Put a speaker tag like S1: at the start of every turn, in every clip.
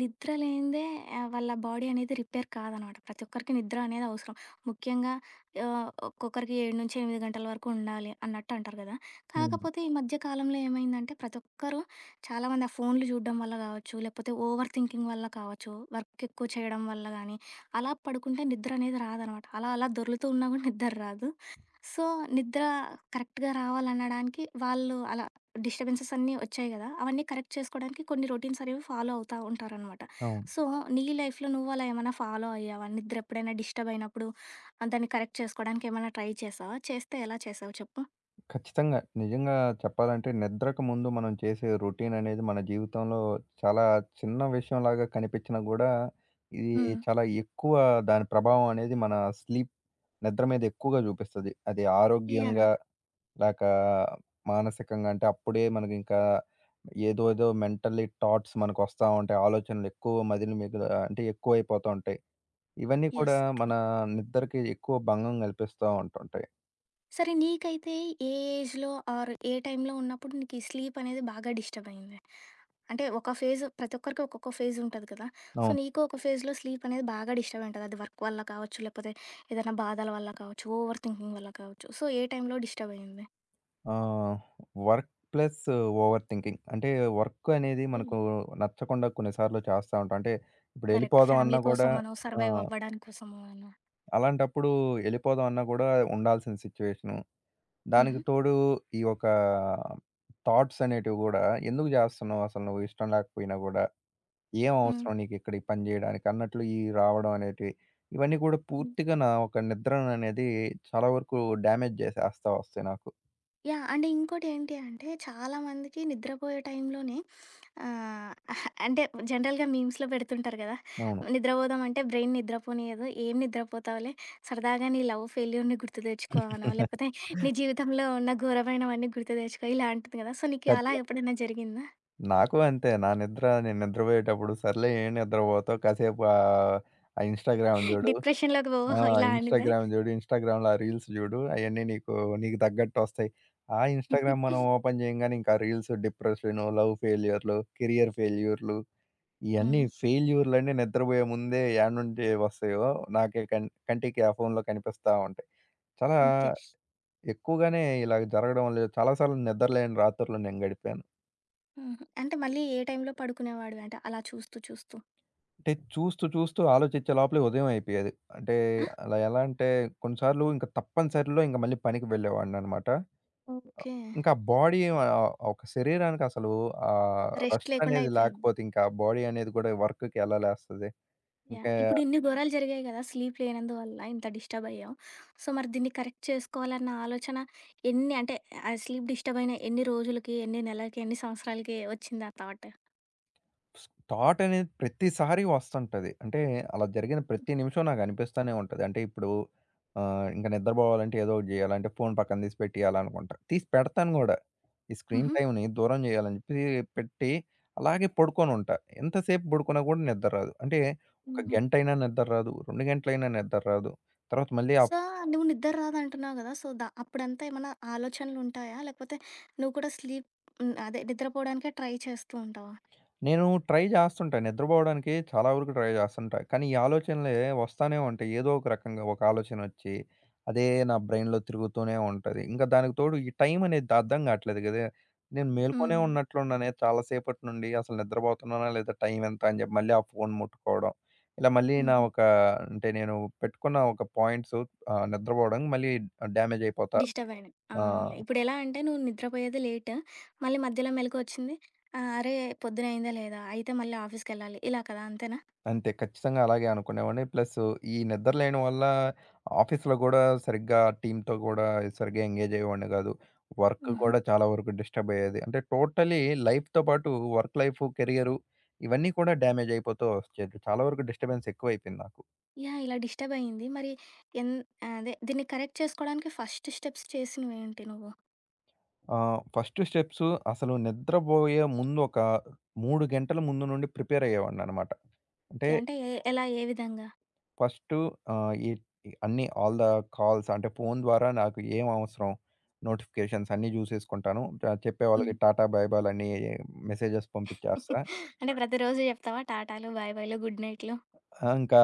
S1: నిద్ర లేనిదే వాళ్ళ బాడీ అనేది రిపేర్ కాదనమాట. ప్రతి ఒక్కరికి నిద్ర అనేది అవసరం. ముఖ్యంగా ఒక్కొక్కరికి 7-8 గంటల వరకు ఉండాలి అన్నట్టు అంటారు కదా!
S2: హ్మ్.
S1: కాకపోతే ఈ మధ్య కాలంలో ఏమైందంటే ప్రతి ఒక్కరు చాలామంది ఆ ఫోన్లు చూడడం వల్ల కావచ్చు, లేకపోతే ఓవర్ థింకింగ్ వల్ల కావచ్చు, వర్క్ ఎక్కువ చేయడం వల్ల గానీ, అలా పడుకుంటే నిద్ర అనేది రాదనమాట. అలా అలా దొర్లుతూ ఉన్నా కూడా నిద్ర రాదు. సో, నిద్ర కరెక్ట్‌గా రావాలనడానికి వాళ్ళు అలా డిస్టర్బెన్సెస్ అన్నీ వచ్చాయి గదా! అవన్నీ కరెక్ట్ చేసుకోడానికి కొన్ని రొటీన్స్ అనేవి ఫాలో అవుతా ఉంటారనమాట.
S2: అవును.
S1: సో, నీ లైఫ్‌లో నువ్వు అలా ఏమన్నా ఫాలో అయ్యావా? నిద్ర ఎప్పుడైనా డిస్టర్బ్ అయినప్పుడు దాన్ని కరెక్ట్ చేసుకోవడానికి ఏమైనా ట్రై చేశావా? చేస్తే ఎలా చేశావు చెప్పు?
S2: ఖచ్చితంగా. నిజంగా చెప్పాలంటే నిద్రకు ముందు మనం చేసే రొటీన్ అనేది మన జీవితంలో చాలా చిన్న విషయంలాగా కనిపించినా గూడా, ఇది
S1: హ్మ్.
S2: చాలా ఎక్కువ దాని ప్రభావం అనేది మన స్లీప్ నిద్ర మీద ఎక్కువగా చూపిస్తది. అది
S1: యాహ్!
S2: ఆరోగ్యంగా లేక మానసికంగా అంటే అప్పుడే మనకింకా ఏదో ఏదో మెంటల్లీ థాట్స్ మనకొస్తా ఉంటాయి. ఆలోచనలు ఎక్కువ మదిలి మిగిల అంటే ఎక్కువైపోతా ఉంటాయి. ఇవన్నీ
S1: యెస్.
S2: కూడా మన నిద్రకి ఎక్కువ భంగం కల్పిస్తా ఉంటుంటాయి.
S1: సరే నీకైతే ఏ ఏజ్‌లో ఆర్ ఏ టైంలో ఉన్నప్పుడు నీకు ఈ స్లీప్ అనేది బాగా డిస్టర్బ్ అయింది? అంటే ఒక ఫేజ్ ప్రతి ఒక్కరికి ఒక్కొక్క ఫేజ్ ఉంటది కదా! సో,
S2: అవును.
S1: నీకు ఒక ఫేజ్‌లో స్లీప్ అనేది బాగా డిస్టర్బ్ అయింటది. అది వర్క్ వల్ల కావచ్చు, లేకపోతే ఏదైనా బాధల వల్ల కావచ్చు, ఓవర్ థింకింగ్ వల్ల కావచ్చు. సో, ఏ టైంలో డిస్టర్బ్ అయింది?
S2: ఆహ్, వర్క్ ప్లస్ ఓవర్ థింకింగ్. అంటే వర్క్ అనేది
S1: హ్మ్.
S2: మనకు నచ్చకుండా కొన్నిసార్లు చేస్తా ఉంటాం. అంటే ఇప్పుడు
S1: కరెక్ట్.
S2: ఎళ్ళిపోదాం
S1: ఫ్యామిలీ
S2: అన్నా గూడా
S1: కోసమనో,
S2: ఆ!
S1: సర్వైవ్ అవ్వడానికి కోసమో అనో.
S2: అలాంటప్పుడు ఎళ్ళిపోదాం అన్నా గూడా ఉండాల్సిన సిట్యుయేషను. దానికి
S1: హుహు.
S2: తోడు ఈ యొక్క థాట్స్ అనేటివి గూడా ఎందుకు జేస్తున్నావు అసలు నువ్వు ఇష్టం లేకపోయినా గూడా? ఏం
S1: హ్మ్.
S2: అవసరం నీకు ఇక్కడ ఈ పని జేయడానికి అన్నట్లు ఈ రావడం అనేటివి. ఇవన్నీ గూడా పూర్తిగా నా ఒక నిద్రననేది చాలా వరకు డ్యామేజ్ జేసేస్తా వస్తాయి నాకు.
S1: యాహ్! అండ్ ఇంకోటేంటి అంటే చాలామందికి నిద్రపోయే టైంలోనే ఆ! అంటే జనరల్‌గా మీమ్స్‌లో పెడుతుంటారు గదా!
S2: అవును.
S1: నిద్రపోదామంటే బ్రెయిన్ నిద్రపోనీయదు. ఏం నిద్రపోతావులే సరదాగా నీ లవ్ ఫెయిల్యూర్‌ని గుర్తు తెచ్చుకో అనో, లేకపోతే నీ జీవితంలో ఉన్న ఘోరమైనవన్నీ గుర్తు తెచ్చుకో ఇలా అంటుంది గదా! సో, నీకు అలా
S2: ఖచ్చితంగా.
S1: ఎప్పుడైనా జరిగిందా?
S2: నాకు అంతే. నా నిద్ర నేను నిద్రపోయేటప్పుడు సర్లే ఏం నిద్రపోతావు కాసేపు ఆ ఇన్‌స్టాగ్రామ్ జూడు.
S1: డిప్రెషన్‌లోకి పో
S2: ఆ!
S1: ఇలా అనిందా?
S2: ఇన్‌స్టాగ్రామ్ జూడు. ఇన్‌స్టాగ్రామ్‌లో ఆ రీల్స్ జూడు. అయన్నీ నీకు నీకు తగ్గట్టొస్తాయి. ఆ ఇన్‌స్టాగ్రామ్ మనం ఓపెన్ చేయంగానే ఇంకా రీల్స్ డిప్రెషను, లవ్ ఫెయిల్యూర్‌లు, కెరియర్ ఫెయిల్యూర్‌లు ఇయన్నీ
S1: హుహు.
S2: ఫెయిల్యూర్‌లన్నీ నిద్రపోయే ముందే యాడ నుండి వస్తాయో నాకే కంటికి ఆ ఫోన్‌లో కనిపిస్తా ఉంటాయి. చాలా
S1: ఓకే.
S2: ఎక్కువగానే ఇలా జరగడం వల్ల చాలా సార్లు నిద్రలేని రాత్రులు నేను గడిపాను.
S1: హుహు. అంటే మళ్ళీ ఏ టైంలో పడుకునేవాడివి? అంటే అలా చూస్తూ చూస్తూ.
S2: అంటే చూస్తూ, చూస్తూ ఆలోచించే లోపలే ఉదయం అయిపోయేది. అంటే
S1: ఆ!
S2: అలా ఎలా అంటే కొన్నిసార్లు ఇంక తప్పనిసరిలో ఇంక మళ్ళీ పనికి వెళ్ళేవాడిననమాట.
S1: ఓకే.
S2: ఇంకా బాడీ ఒక శరీరానికి అసలు
S1: రెస్ట్
S2: రెస్ట్
S1: లేకుండా
S2: అనేది
S1: అయిపోయింది.
S2: లేకపోతే ఇంకా బాడీ అనేది కూడా వర్క్‌కి ఎలా లేస్తది?
S1: యాహ్!
S2: ఇంకా
S1: ఇప్పుడు ఇన్ని ఘోరాలు జరిగాయి గదా! స్లీప్ లేనందువల్ల ఇంత డిస్టర్బ్ అయ్యావు. సో, మరి దీన్ని కరెక్ట్ చేసుకోవాలన్న ఆలోచన ఎన్ని అంటే ఆ స్లీప్ డిస్టర్బ్ అయిన ఎన్ని రోజులకి, ఎన్ని నెలలకి, ఎన్ని సంవత్సరాలకి వచ్చిందా థాట్?
S2: థాట్ అనేది ప్రతిసారి వస్తుంటది. అంటే అలా జరిగిన ప్రతి నిమిషం నాకనిపిస్తానే ఉంటది. అంటే ఇప్పుడు ఇంక నిద్రపోవాలంటే ఏదో ఒకటి జేయాలంటే ఫోను పక్కన తీసి పెట్టేయాలనుకుంటా. తీసి పెడతాను గూడా. ఈ స్క్రీన్
S1: హుహు.
S2: టైమ్‌ని దూరం జేయాలని చెప్పి పెట్టి అలాగే పడుకోనుంటా. ఎంతసేపు పడుకున్నా గూడా నిద్ర రాదు. అంటే ఒక
S1: హుహు.
S2: గంటైనా నిద్ర రాదు. 2 గంటలైనా నిద్ర రాదు. తర్వాత మళ్ళీ ఆ
S1: సో, నువ్వు నిద్ర రాదంటున్నావు గదా! సో, అప్పుడంతా ఏమన్నా ఆలోచనలు ఉంటాయా? లేకపోతే నువ్వు కూడా స్లీప్ హ్మ్. అదే నిద్రపోవడానికే ట్రై చేస్తూ ఉంటావా?
S2: నేను ట్రై చేస్తుంటా. నిద్రపోవడానికి చాలా వరకు ట్రై చేస్తుంటా. కానీ ఈ ఆలోచనలే వస్తానే ఉంటాయి. ఏదో ఒక రకంగా ఒక ఆలోచనొచ్చి, అదే నా బ్రెయిన్‌లో తిరుగుతూనే ఉంటది. ఇంకా దానికి తోడు ఈ టైం అనేది అర్థం కావట్లేదు గదా! నేను మేల్కొనే
S1: హ్మ్.
S2: ఉన్నట్లున్నానే చాలా సేపటి నుండి. అసలు నిద్రపోతున్నానా? లేదా? టైం ఎంత? అని చెప్పి మళ్ళీ ఆ ఫోన్ ముట్టుకోవడం. ఇలా మళ్ళీ నా
S1: హుహు.
S2: ఒక అంటే నేను పెట్టుకున్న ఒక పాయింట్స్ నిద్రపోవడం మళ్ళీ డ్యామేజ్ అయిపోతా.
S1: డిస్టర్బ్ అయినా.
S2: ఆ!
S1: అవునవునులే. ఇప్పుడెలా అంటే నువ్వు నిద్రపోయేది లేట్. మళ్ళీ మధ్యలో మెలుకువొచ్చింది. అరే! పొద్దునయిందా లేదా? అయితే మళ్ళీ ఆఫీస్‌కెళ్ళాలి. ఇలా కదా అంతేనా?
S2: అంతే. ఖచ్చితంగా అలాగే అనుకునేవాడిని. ప్లస్ ఈ నిద్ర లేని వల్ల ఆఫీస్‌లో గూడా సరిగ్గా టీమ్‌తో గూడా సరిగ్గా ఎంగేజ్ అయ్యేవాడిని గాదు. వర్క్
S1: హుహు.
S2: గూడా చాలా వరకు డిస్టర్బ్ అయ్యేది. అంటే టోటలీ లైఫ్‌తో పాటు వర్క్ లైఫ్, కెరియరు ఇవన్నీ కూడా డ్యామేజ్ అయిపోతూ వచ్చేది. చాలా వరకు డిస్టర్బెన్స్ ఎక్కువైపోయింది నాకు.
S1: యాహ్! ఇలా డిస్టర్బ్ అయింది. మరి ఎన్ అదే దీన్ని కరెక్ట్ చేసుకోవడానికి ఫస్ట్ స్టెప్స్ చేసినవేంటి నువ్వు?
S2: ఫస్ట్ స్టెప్స్ అసలు నిద్రబోయే ముందు ఒక 3 గంటల ముందు నుండి ప్రిపేర్ అయ్యేవాడిననమాట. అంటే
S1: ఓకే. అంటే ఎలా? ఏ విధంగా?
S2: ఫస్టు ఈ అన్నీ ఆల్ ద కాల్స్ అంటే ఫోను ద్వారా నాకు ఏం అవసరం? నోటిఫికేషన్స్ అన్నీ జూసేసుకుంటాను.
S1: హ్మ్.
S2: చెప్పేవాళ్ళకి టాటా, బాయ్ బాయ్‌లని మెసేజెస్ పంపించేస్తా.
S1: అంటే ప్రతిరోజు చెప్తావా టాటాలు, బాయ్ బాయ్‌లు, గుడ్ నైట్‌లు?
S2: ఆ! ఇంకా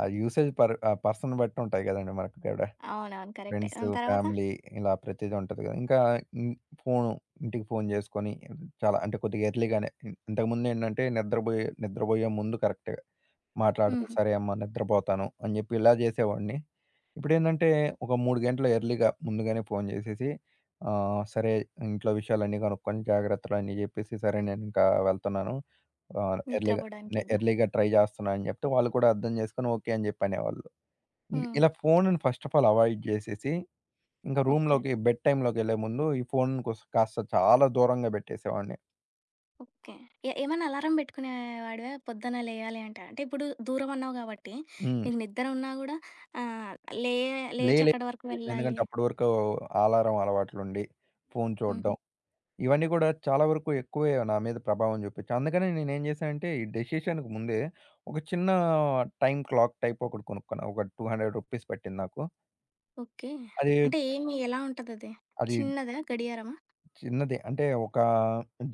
S2: ఆ యూసేజ్ పర్సన్ బట్టి ఉంటాయి గదండీ మనకు గూడ.
S1: అవునవును. కరెక్టే.
S2: ఫ్రెండ్స్,
S1: దాని తర్వాత?
S2: ఫ్యామిలీ ఇలా ప్రతీది ఉంటది గదా! ఇంకా ఇన్ ఫోను ఇంటికి ఫోను జేసుకొని చాలా అంటే కొద్దిగా ఎర్లీగానే ఇంతకుముందేంటంటే నిద్రబోయే నిద్రబోయే ముందు కరెక్ట్‌గా మాట్లాడుతూ
S1: హుహు.
S2: సరే అమ్మ నిద్రపోతాను అని జెప్పి ఇలా జేసేవాడిని. ఇప్పుడేందంటే ఒక 3 గంటలు ఎర్లీగా ముందుగానే ఫోను జేసేసి సరే ఇంట్లో విషయాలన్నీ గనుక్కొని జాగ్రత్తలన్నీ జెప్పేసి సరే నేనింకా వెళ్తున్నాను. ఎర్లీగా నే
S1: నిద్రపోవడానికని.
S2: ఎర్లీగా ట్రై జేస్తున్నా అని జెప్తే వాళ్ళు కూడా అర్థం జేసుకొని ఓకే అని జెప్పి అనేవాళ్ళు.
S1: హ్మ్.
S2: ఇలా ఫోనుని ఫస్ట్ ఆఫ్ ఆల్ అవాయిడ్ జేసేసి ఇంకా
S1: ఓకే.
S2: రూమ్‌లోకి బెడ్ టైమ్‌లోకెళ్ళే ముందు ఈ ఫోను కాస్త చాలా దూరంగా పెట్టేసేవాడిని.
S1: ఓకే. ఏమన్నా అలారం పెట్టుకునేవాడివా? పొద్దున లేయాలి అంటే? అంటే ఇప్పుడు దూరం అన్నావు గాబట్టి,
S2: హ్మ్.
S1: నీకు నిద్ర ఉన్నా గూడా ఆహ్, లే
S2: లే
S1: లేచి
S2: లే
S1: అక్కడి వరకు వెళ్ళాలి.
S2: ఎందుకంటే అప్పటి వరకు అలారం అలవాట్లుండి, ఫోను
S1: హుహు.
S2: చూడడం ఇవన్నీ కూడా చాలా వరకు ఎక్కువే నా మీద ప్రభావం చూపించాయి. అందుకనే నేనేం చేశానంటే ఈ డెసిషన్‌కి ముందే ఒక చిన్న టైమ్ క్లాక్ టైప్ ఒకటి కొనుక్కున్నా. ఒక రూ. 200 పట్టింది నాకు.
S1: ఓకే.
S2: అది
S1: అంటే ఏమి ఎలా ఉంటదది?
S2: అది
S1: చిన్నదా గడియారమా?
S2: చిన్నది అంటే ఒక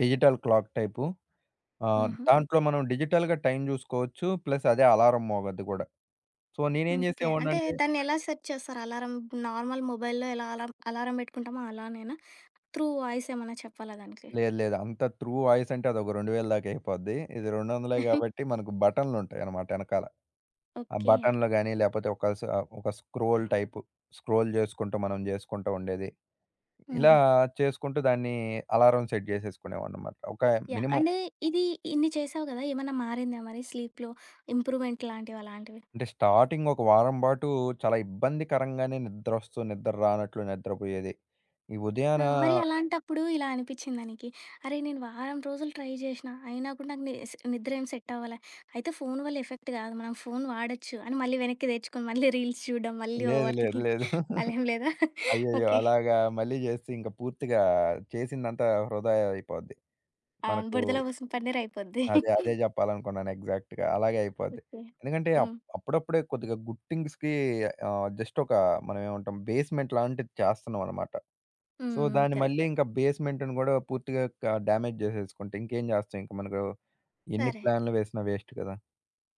S2: డిజిటల్ క్లాక్ టైపు.
S1: హుహు.
S2: దాంట్లో మనం డిజిటల్‌గా టైమ్ చూసుకోవచ్చు. ప్లస్ అదే అలారం మోగద్ది కూడా. సో, నేనేం
S1: ఓకే. అంటే
S2: చేసేవాడినంటే
S1: దాన్నెలా సెట్ చేస్తారు అలారం? నార్మల్ మొబైల్‌లో ఎలా అలారం అలారం పెట్టుకుంటామో అలానేనా? త్రూ వాయిస్ ఏమన్నా చెప్పాలా దానికి?
S2: లేదు, లేదు. అంత త్రూ వాయిస్ అంటే అదొక 2000 దాకా అయిపోద్ది. ఇది 200 కాబట్టి మనకు బటన్‌లుంటాయన్నమాట ఎనకాల. ఆ
S1: ఓకే.
S2: బటన్‌లు గాని లేపోతే ఒక స్క్రోల్ టైపు. స్క్రోల్ జేసుకుంటూ మనం జేసుకుంటూ ఉండేది. ఇలా
S1: హుహు.
S2: చేసుకుంటూ దాన్ని అలారం సెట్ జేసేసుకునేవాడినన్నమాట. ఒక
S1: యాహ్!
S2: మినిమమ్
S1: అంటే ఇది ఇన్ని చేసావు గదా! ఏమన్నా మారిందా మరి స్లీప్‌లో ఇంప్రూవ్‌మెంట్ లాంటివి అలాంటివి?
S2: అంటే స్టార్టింగ్ ఒక వారం పాటు చాలా ఇబ్బందికరంగానే నిద్రొస్తూ నిద్ర రానట్లు నిద్రపోయేది. ఈ
S1: ఆ!
S2: ఉదయాన
S1: మరి అలాంటప్పుడు ఇలా అనిపిచ్చిందా నీకి? అరే! నేను వారం రోజులు ట్రై జేషినా, అయినా కూడా నాకు నిద్ర ఏం సెట్ అవ్వలే. అయితే ఫోను వల్ల ఎఫెక్ట్ గాదు. మనం ఫోను వాడొచ్చు అని మళ్ళీ వెనక్కి తెచ్చుకొని, మళ్ళీ రీల్స్ చూడడం, మళ్ళీ
S2: లేదు,
S1: ఓవర్
S2: లేదు,
S1: థింకింగ్
S2: లేదు.
S1: అలా ఏం లేదా?
S2: అయ్యయ్యో!
S1: ఓకే.
S2: అలాగా మళ్ళీ జేస్తే ఇంక పూర్తిగా చేసిందంతా వృధా అయిపోద్ది.
S1: ఆ!
S2: మనకు
S1: బురదలో పోసిన పన్నీర్ అయిపోద్ది.
S2: అదే. అదే జెప్పాలనుకున్నాను ఎగ్జాక్ట్‌గా. అలాగే అయిపోద్ది.
S1: ఓకే.
S2: ఎందుకంటే
S1: హ్మ్.
S2: అప్పుడప్పుడే కొద్దిగా గుట్టింగ్స్‌కి జస్ట్ ఒక మనం ఏమంటాం బేస్‌మెంట్ లాంటిది చేస్తున్నాం అనమాట. సో,
S1: హ్మ్.
S2: దాన్ని మళ్ళీ
S1: కరెక్ట్.
S2: ఇంకా బేస్‌మెంట్‌ని గూడా పూర్తిగా డ్యామేజ్ జేసేసుకుంటే ఇంకేం జేస్తాం ఇంక మనకు ఎన్ని
S1: సరే.
S2: ప్లాన్లు వేసినా వేస్ట్ కదా!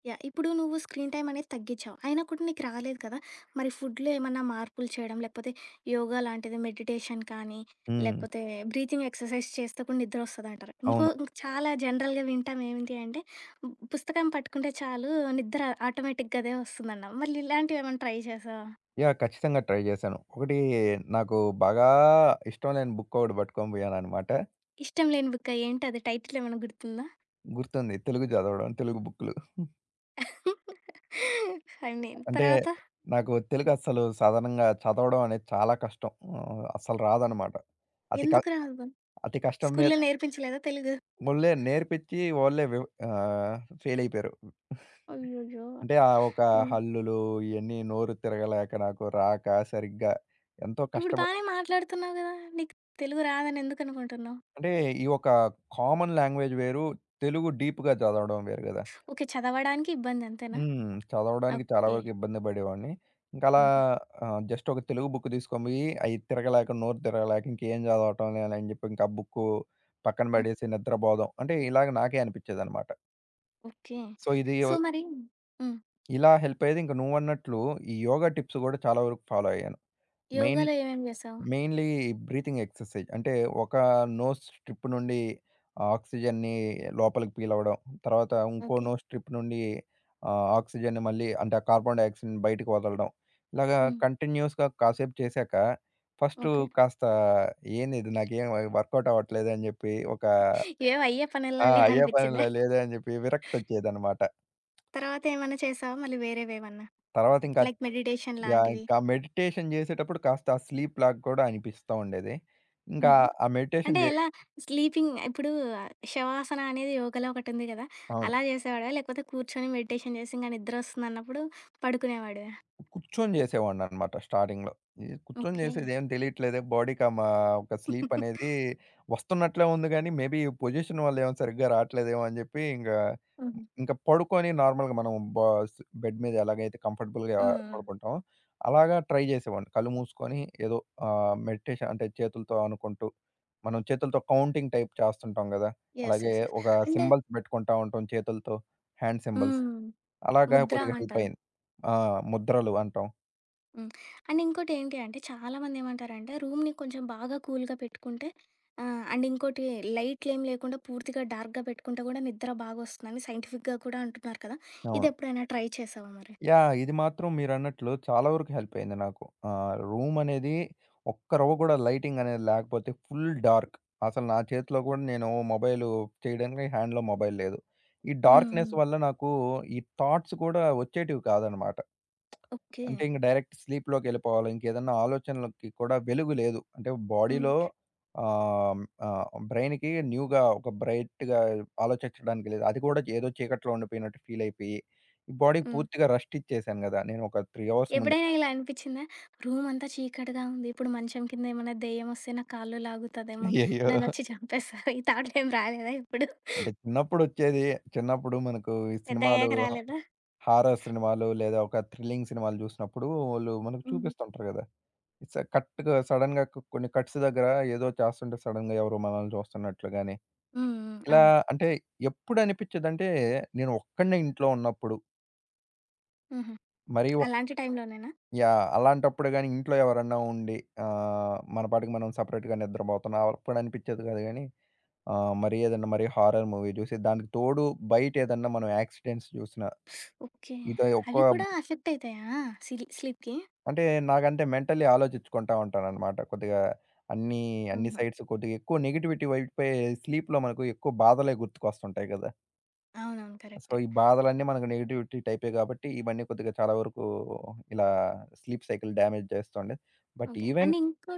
S1: యాహ్! ఇప్పుడు నువ్వు స్క్రీన్ టైమ్ అనేది తగ్గించావు. అయినా కూడా నీకు రాలేదు కదా! మరి ఫుడ్‌లో ఏమన్నా మార్పులు చేయడం, లేకపోతే యోగా లాంటిది మెడిటేషన్ కానీ,
S2: హ్మ్.
S1: లేకపోతే బ్రీతింగ్ ఎక్సర్సైజ్ చేస్తే కూడా నిద్ర వస్తదంటారు.
S2: అవును.
S1: ఇంక చాలా జనరల్‌గా వింటాం ఏంటి అంటే, పుస్తకం పట్టుకుంటే చాలు నిద్ర ఆటోమేటిక్‌గా అదే వస్తుందన్నావు. మళ్ళీ ఇలాంటివి ఏమైనా ట్రై చేశావా?
S2: యాహ్! ఖచ్చితంగా ట్రై జేశాను. ఒకటి నాకు బాగా ఇష్టం లేని బుక్ ఒకటి పట్టుకొని పోయాననమాట.
S1: ఇష్టం లేని బుక్క ఏంటది టైటిల్ ఏమైనా గుర్తుందా?
S2: గుర్తుంది తెలుగు చదవడం, తెలుగు బుక్‌లు.
S1: ఐ మీన్
S2: అంటే
S1: తర్వాత
S2: నాకు తెలుగు అస్సలు సాధారణంగా చదవడం అనేది చాలా కష్టం. అస్సలు రాదనమాట. అతి క
S1: ఎందుకు రాదు?
S2: అతి కష్టం మీద
S1: స్కూల్‌లో నేర్పించలేదా తెలుగు?
S2: వోళ్ళే నేర్పించి వోళ్ళే ఫెయిల్ అయిపోయారు.
S1: అయ్యయ్యో!
S2: అంటే ఆ ఒక
S1: హ్మ్.
S2: హల్లులు ఇయన్నీ నోరు తిరగలేక నాకు రాక సరిగ్గా ఎంతో
S1: ఇప్పుడు
S2: కష్టపడి
S1: బానే మాట్లాడుతున్నావు గదా! నీకు తెలుగు రాదని ఎందుకనుకుంటున్నావు?
S2: అంటే ఈ ఒక కామన్ లాంగ్వేజ్ వేరు. తెలుగు డీప్‌గా చదవడం వేరు గదా!
S1: ఓకే. చదవడానికి ఇబ్బంది అంతేనా?
S2: హ్మ్. చదవడానికి చాలా
S1: ఓకే.
S2: వరకు ఇబ్బంది పడేవాడిని. ఇంక అలా
S1: హుహు.
S2: జస్ట్ ఒక తెలుగు బుక్ తీసుకొని పోయి అయి తిరగలేక, నోరు తిరగలేక ఇంకేం చదవటంలే అని చెప్పి ఇంక ఆ బుక్కు పక్కన
S1: హ్మ్.
S2: పడేసి నిద్రపోదాం. అంటే ఇలాగ నాకే అనిపించేదనమాట.
S1: ఓకే.
S2: సో, ఇది
S1: సో, మరి హ్మ్.
S2: ఇలా హెల్ప్ అయ్యేది. ఇంక నువ్వన్నట్లు ఈ యోగా టిప్స్ కూడా చాలా వరకు ఫాలో అయ్యాను. మెయిన్
S1: యోగాలో ఏమేమి చేసావు?
S2: Mainly breathing exercise. అంటే ఒక నోస్ స్ట్రిప్ నుండి ఆక్సిజన్‌ని లోపలికి పీలవడం. తర్వాత ఇంకో
S1: ఓకే.
S2: నోస్ స్ట్రిప్ నుండి ఆక్సిజన్‌ని మళ్ళీ అంటే ఆ కార్బన్ డయాక్సైడ్‌ని బయటకి వదలడం. ఇలాగా
S1: హ్మ్.
S2: కంటిన్యూయస్‌గా కాసేపు చేశాక ఫస్టు
S1: ఓకే.
S2: కాస్త ఏందిది నాకేం వర్కౌట్ అవ్వట్లేదే అని జెప్పి ఒక
S1: ఏం అయ్యే పనుల్లా
S2: ఆ! అయ్యే
S1: లేవనిపించిందా?
S2: పనిలే లేదే అని జెప్పి విరక్తొచ్చేదనమాట.
S1: తర్వాత ఏమన్నా చేసావా? మళ్ళీ వేరేవేమన్నా?
S2: తర్వాత ఇంకా
S1: లైక్ మెడిటేషన్
S2: యాహ్!
S1: లాంటివి?
S2: ఇంకా మెడిటేషన్ జేసేటప్పుడు కాస్త ఆ స్లీప్‌లాగా కూడా అనిపిస్తా ఉండేది. ఇంకా
S1: హుహు.
S2: ఆ
S1: అంటే
S2: మెడిటేషన్ జే
S1: ఎలా? స్లీపింగ్ ఇప్పుడు శవాసన అనేది యోగాలో ఒకటుంది గదా!
S2: అవును.
S1: అలా చేసేవాడివా? లేకపోతే కూర్చొని మెడిటేషన్ చేసి ఇంక నిద్రొస్తుందన్నప్పుడు పడుకునేవాడివా?
S2: కూర్చొని చేసేవాడిననమాట స్టార్టింగ్‌లో. ఇది కూర్చొని
S1: ఓకే.
S2: చేసేదేం తెలియట్లేదే బాడీకి ఆహ్, మా ఒక స్లీప్ అనేది వస్తున్నట్లే ఉంది గానీ, మేబీ పొజిషన్ వల్ల ఏమో సరిగ్గా రావట్లేదేమో అని చెప్పి
S1: హుహు.
S2: ఇంకా పడుకొని నార్మల్‌గా మనం బెడ్ మీద ఎలాగైతే కంఫర్టబుల్‌గా
S1: హ్మ్.
S2: పడుకుంటామో, అలాగా ట్రై చేసేవాడిని. కళ్ళు మూసుకొని ఏదో మెడిటేషన్ అంటే చేతులతో అనుకుంటూ, మనం చేతులతో కౌంటింగ్ టైప్ చేస్తుంటాం గదా!
S1: యెస్.
S2: అలాగే
S1: యెస్. యెస్.
S2: ఒక
S1: అండ్
S2: సింబల్స్ పెట్టుకుంటా ఉంటాం చేతులతో. హ్యాండ్ సింబల్స్
S1: హ్మ్.
S2: అలాగా
S1: ముద్ర
S2: కొద్దిగా హెల్ప్
S1: అంటారు.
S2: అయింది. ఆ! ముద్రలు అంటాం.
S1: హ్మ్. అండ్ ఇంకోటి ఏంటి అంటే చాలామంది ఏమంటారంటే రూమ్‌ని కొంచెం బాగా కూల్‌గా పెట్టుకుంటే అండ్ ఇంకోటి లైట్‌లేం లేకుండా పూర్తిగా డార్క్‌గా పెట్టుకుంటే కూడా నిద్ర బాగొస్తుందని సైంటిఫిక్‌గా కూడా అంటున్నారు కదా!
S2: అవును.
S1: ఇదెప్పుడైనా ట్రై చేశావా మరి?
S2: యాహ్! ఇది మాత్రం మీరన్నట్లు చాలా వరకు హెల్ప్ అయింది నాకు. రూమ్ అనేది ఒక్క రవ్వ కూడా లైటింగ్ అనేది లేకపోతే ఫుల్ డార్క్. అసలు నా చేతిలో కూడా నేను మొబైలు చేయడానికి హ్యాండ్‌లో మొబైల్ లేదు. ఈ
S1: హ్మ్.
S2: డార్క్‌నెస్
S1: హ్మ్.
S2: వల్ల నాకు ఈ థాట్స్ కూడా వచ్చేటివి కాదనమాట.
S1: ఓకే.
S2: అంటే ఇంక డైరెక్ట్ స్లీప్‌లోకెళ్ళిపోవాలి. ఇంకేదన్నా ఆలోచనలకి కూడా వెలుగు లేదు. అంటే బాడీలో
S1: హ్మ్.
S2: ఆహ్, ఆహ్, బ్రైన్‌కి న్యూగా ఒక బ్రైట్‌గా ఆలోచించడానికి లేదు. అది కూడా ఏదో చీకట్లో ఉండిపోయినట్టు ఫీలయిపోయి, ఈ బాడీకి
S1: హ్మ్.
S2: పూర్తిగా రెస్ట్ ఇచ్చేసాను గదా! నేను ఒక 3 అవర్స్ ముందే.
S1: ఎప్పుడైనా ఇలా అనిపిచ్చిందా? రూమంతా చీకటిగా ఉంది. ఇప్పుడు మంచం కింద ఏమన్నా దెయ్యమొస్తే నా కాళ్ళు లాగుతదేమో
S2: అయ్యయ్యో!
S1: నన్నొచ్చి చంపేస్తది. ఈ థాట్‌లేం రాలేదా ఇప్పుడు?
S2: అంటే చిన్నప్పుడొచ్చేది. చిన్నప్పుడు మనకు ఈ సినిమాలు
S1: పెద్దగయ్యాక రాలేదా?
S2: హారర్ సినిమాలు లేదా ఒక థ్రిల్లింగ్ సినిమాలు జూసినప్పుడు వోళ్ళు మనకు
S1: హ్మ్.
S2: చూపిస్తుంటారు గదా! స కట్‌గా సడెన్‌గా కొన్ని కట్స్ దగ్గర ఏదో చేస్తుంటే సడెన్‌గా ఎవరో మనల్ని చూస్తున్నట్లు గాని
S1: హ్మ్. హ్మ్.
S2: ఇలా
S1: అవును.
S2: అంటే ఎప్పుడనిపిచ్చేదంటే, నేను ఒక్కడినే ఇంట్లో ఉన్నప్పుడు.
S1: హుహు.
S2: మరీ ఒక్
S1: అలాంటి టైంలోనేనా?
S2: యాహ్! అలాంటప్పుడు గాని ఇంట్లో ఎవరన్నా ఉండి మన పాటికి మనం సెపరేట్‌గా నిద్రపోతున్నాం. అప్పుడనిపిచ్చేది కాదు గానీ, మరి ఏదన్నా మరి హారర్ మూవీ జూసి, దానికి తోడు బయటేదన్నా మనం యాక్సిడెంట్స్ జూసినా,
S1: ఓకే.
S2: ఇది ఒక్క
S1: అవి కూడా ఎఫెక్ట్ అయితాయా స్లీప్‌కి?
S2: అంటే నాకంటే మెంటల్లీ ఆలోచించుకుంటా ఉంటాననమాట. కొద్దిగా అన్నీ, అన్ని
S1: హుహు.
S2: సైడ్స్ కొద్దిగా ఎక్కువ నెగెటివిటీ వైపే స్లీప్‌లో మనకు ఎక్కువ బాధలే గుర్తుకొస్తుంటాయి గదా!
S1: అవునవును.
S2: సో,
S1: కరెక్టే.
S2: ఈ బాధలన్నీ మనకు నెగటివిటీ టైపే గాబట్టి, ఇవన్నీ కొద్దిగా చాలా వరకు ఇలా స్లీప్ సైకిల్ డ్యామేజ్ చేస్తుండే. But
S1: okay.
S2: ఈవెన్
S1: అండ్ ఇంకో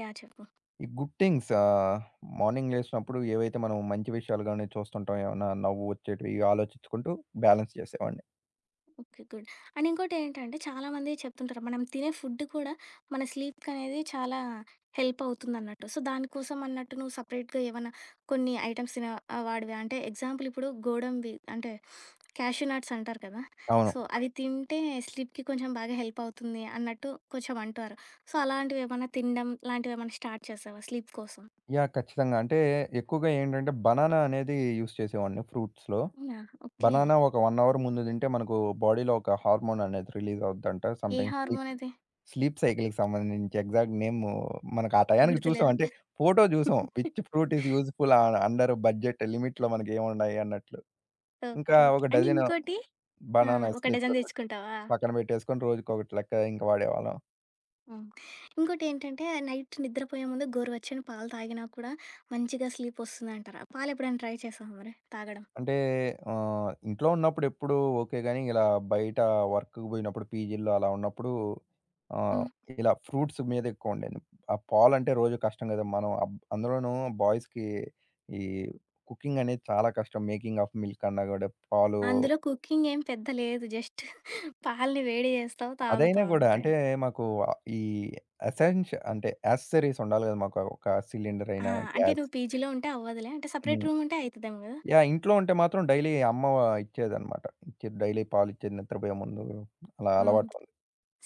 S1: యాహ్! చెప్పు.
S2: ఈ గుడ్ థింగ్స్ మార్నింగ్ లేసినప్పుడు ఏవైతే మనం మంచి విషయాలు గాని చూస్తుంటాం, ఏమన్నా నవ్వు వచ్చేటివి ఇవి ఆలోచించుకుంటూ బ్యాలెన్స్ చేసేవాడిని.
S1: ఓకే. గుడ్. అండ్ ఇంకోటేంటంటే చాలామంది చెప్తుంటారు. మనం తినే ఫుడ్ కూడా మన స్లీప్‌కనేది చాలా హెల్ప్ అవుతుందన్నట్టు. సో, దానికోసం అన్నట్టు నువ్వు సెపరేట్‌గా ఏమన్నా కొన్ని ఐటెమ్స్ తినే వాడివా? అంటే ఎగ్జాంపుల్ ఇప్పుడు గోడంబి అంటే క్యాష్యూ నట్స్ అంటారు కదా!
S2: అవును.
S1: సో, అవి తింటే స్లీప్‌కి కొంచెం బాగా హెల్ప్ అవుతుంది అన్నట్టు కొంచెం అంటారు. సో, అలాంటివేమన్నా తినడం లాంటివేమన్నా స్టార్ట్ చేశావా స్లీప్ కోసం?
S2: యాహ్! ఖచ్చితంగా. అంటే ఎక్కువగా ఏంటంటే బనానా అనేది యూజ్ చేసేవాడిని ఫ్రూట్స్‌లో.
S1: అవునా? ఓకే.
S2: బనానా ఒక 1 అవర్ ముందు తింటే మనకు బాడీలో ఒక హార్మోన్ అనేది రిలీజ్ అవుద్దంట.
S1: ఏ
S2: సంథింగ్ స్లీప్
S1: హార్మోనది?
S2: స్లీప్ సైకిల్‌కి సంబంధించి ఎగ్జాక్ట్ నేము మనకు ఆ టయానికి చూసాం.
S1: గుర్తులేదా?
S2: అంటే ఫోటో జూసాం. Which fruit is useful under budget లిమిట్‌లో మనకేమున్నాయి అన్నట్లు. ఇంకా
S1: ఓకే. ఓకే.
S2: ఒక
S1: అండ్
S2: డజను
S1: ఇంకోటి ఆ!
S2: బనానాస్
S1: ఒక డజన్
S2: తెచ్చుకొని పెట్టుకో
S1: తెచ్చుకుంటావా?
S2: పక్కన పెట్టేసుకొని రోజుకొకటి లెక్క ఇంక వాడేవాళ్ళం.
S1: హ్మ్. ఇంకోటేంటంటే నైట్ నిద్రపోయే ముందు గోరువెచ్చని పాలు తాగినా కూడా మంచిగా స్లీప్ వస్తుందంటారు. పాలెప్పుడైనా ట్రై చేశావా మరి తాగడం?
S2: అంటే ఇంట్లో ఉన్నప్పుడు ఎప్పుడూ ఓకే గానీ, ఇలా బయట వర్క్‌కి బోయినప్పుడు పీజీల్లో అలా ఉన్నప్పుడు ఆహ్,
S1: హ్మ్.
S2: ఇలా ఫ్రూట్స్ మీద ఎక్కువుండేది. ఆ పాలంటే రోజు కష్టం గదా! మనం అందులోనూ బాయ్స్‌కి ఈ కుకింగ్ అనేది చాలా కష్టం. మేకింగ్ ఆఫ్ మిల్క్ అన్నా గూడా పాలు
S1: అందులో కుకింగ్ ఏం పెద్ద లేదు. జస్ట్ పాలని వేడి చేస్తావు,
S2: అదైనా
S1: తాగుతావు
S2: గూడా
S1: అంతే.
S2: అంటే మాకు ఆ ఈ ఎసెన్స్ అంటే యాక్సెసరీస్ ఉండాలి గదా! మాకు ఒక సిలిండర్
S1: ఆ!
S2: అయినా,
S1: అంటే
S2: గ్యాస్
S1: నువ్వు పీజీలో ఉంటే అవ్వదులే. అంటే సెపరేట్
S2: హ్మ్.
S1: రూమ్ ఉంటే అయితదేమో గదా!
S2: యాహ్! ఇంట్లో ఉంటే మాత్రం డైలీ అమ్మ ఇచ్చేదన్నమాట. ఇచ్చేది డైలీ పాలిచ్చేది నిద్రబోయే ముందు అలా
S1: హ్మ్.
S2: అలవాటు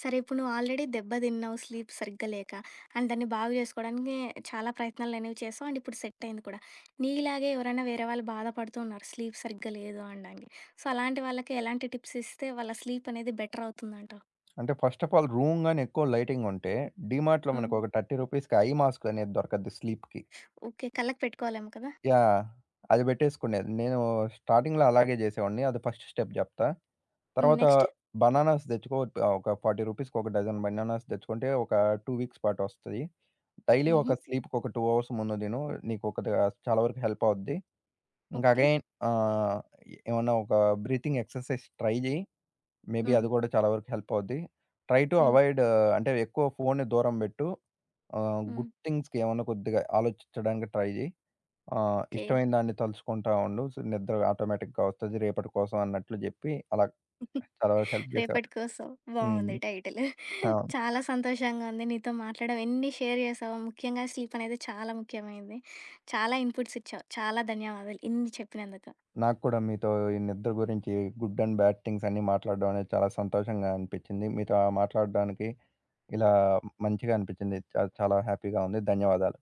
S1: సరే ఇప్పుడు నువ్వు ఆల్రెడీ దెబ్బ తిన్నావు స్లీప్ సరిగ్గా లేక. అండ్ దాన్ని బాగు జేసుకోవడానికి చాలా ప్రయత్నాలనేవి చేసావు. అండ్ ఇప్పుడు సెట్ అయింది కూడా. నీలాగే ఎవరైనా వేరే వాళ్ళు బాధపడుతూ ఉన్నారు. స్లీప్ సరిగ్గా లేదు అనడానికి. సో, అలాంటి వాళ్ళకి ఎలాంటి టిప్స్ ఇస్తే వాళ్ళ స్లీప్ అనేది బెటర్ అవుతుందంటావు?
S2: అంటే ఫస్ట్ ఆఫ్ ఆల్ రూమ్ గాని ఎక్కువ లైటింగ్ ఉంటే డీమార్ట్‌లో
S1: హ్మ్.
S2: మనకు ఒక 30 రూపీస్‌కి ఐ మాస్క్ అనేది దొరకద్ది స్లీప్‌కి.
S1: ఓకే. కళ్ళకి పెట్టుకోవాలేమో కదా!
S2: యాహ్! అది పెట్టేసుకునేది. నేను స్టార్టింగ్‌లో అలాగే జేసేవాడిని. అది ఫస్ట్ స్టెప్ జెప్తా.
S1: హ్మ్.
S2: తర్వాత
S1: నెక్స్ట్?
S2: బనానాస్ తెచ్చుకో ఒక 40 రూపీస్‌కి ఒక డజన్ బనానాస్ తెచ్చుకుంటే ఒక 2 వీక్స్ పాటు వస్తది. డైలీ
S1: హుహు.
S2: ఒక స్లీప్‌కి ఒక 2 అవర్స్ ముందు తిను. నీకు ఒక ద చాలా వరకు హెల్ప్ అవుద్ది. ఇంకా
S1: ఓకే.
S2: అగైన్ ఆహ్, ఏమన్నా ఒక బ్రీతింగ్ ఎక్సర్‌సైజ్ ట్రై జెయి. మేబీ
S1: హ్మ్.
S2: అది కూడా చాలా వరకు హెల్ప్ అవుద్ది. ట్రై టు
S1: హ్మ్.
S2: అవాయిడ్ అంటే ఎక్కువ ఫోన్‌ని దూరం పెట్టు.
S1: హ్మ్.
S2: గుడ్ థింగ్స్‌కి ఏమన్నా కొద్దిగా ఆలోచించడానికి ట్రై జేయి.
S1: ఓకే.
S2: ఇష్టమైన దాన్ని తలుచుకుంటా ఉండు. సో, నిద్ర ఆటోమేటిక్‌గా వస్తది రేపటి కోసం అన్నట్లు జెప్పి అలా చాలా వరకు హెల్ప్ చేశారు.
S1: రేపటి కోసం.
S2: హ్మ్.
S1: బావుంది టైటిల్.
S2: అవును.
S1: చాలా సంతోషంగా ఉంది నీతో మాట్లాడడం. ఎన్ని షేర్ చేసావో, ముఖ్యంగా స్లీప్ అనేది చాలా ముఖ్యమైంది. చాలా ఇన్పుట్స్ ఇచ్చావు. చాలా ధన్యవాదాలు ఇన్ని చెప్పినందుకు.
S2: నాకు కూడా మీతో ఈ నిద్ర గురించి గుడ్ అండ్ బ్యాడ్ థింగ్స్ అన్నీ మాట్లాడడం అనేది చాలా సంతోషంగా అనిపించింది. మీతో మాట్లాడడానికి ఇలా మంచిగా అనిపించింది. చాలా హ్యాపీగా ఉంది. ధన్యవాదాలు.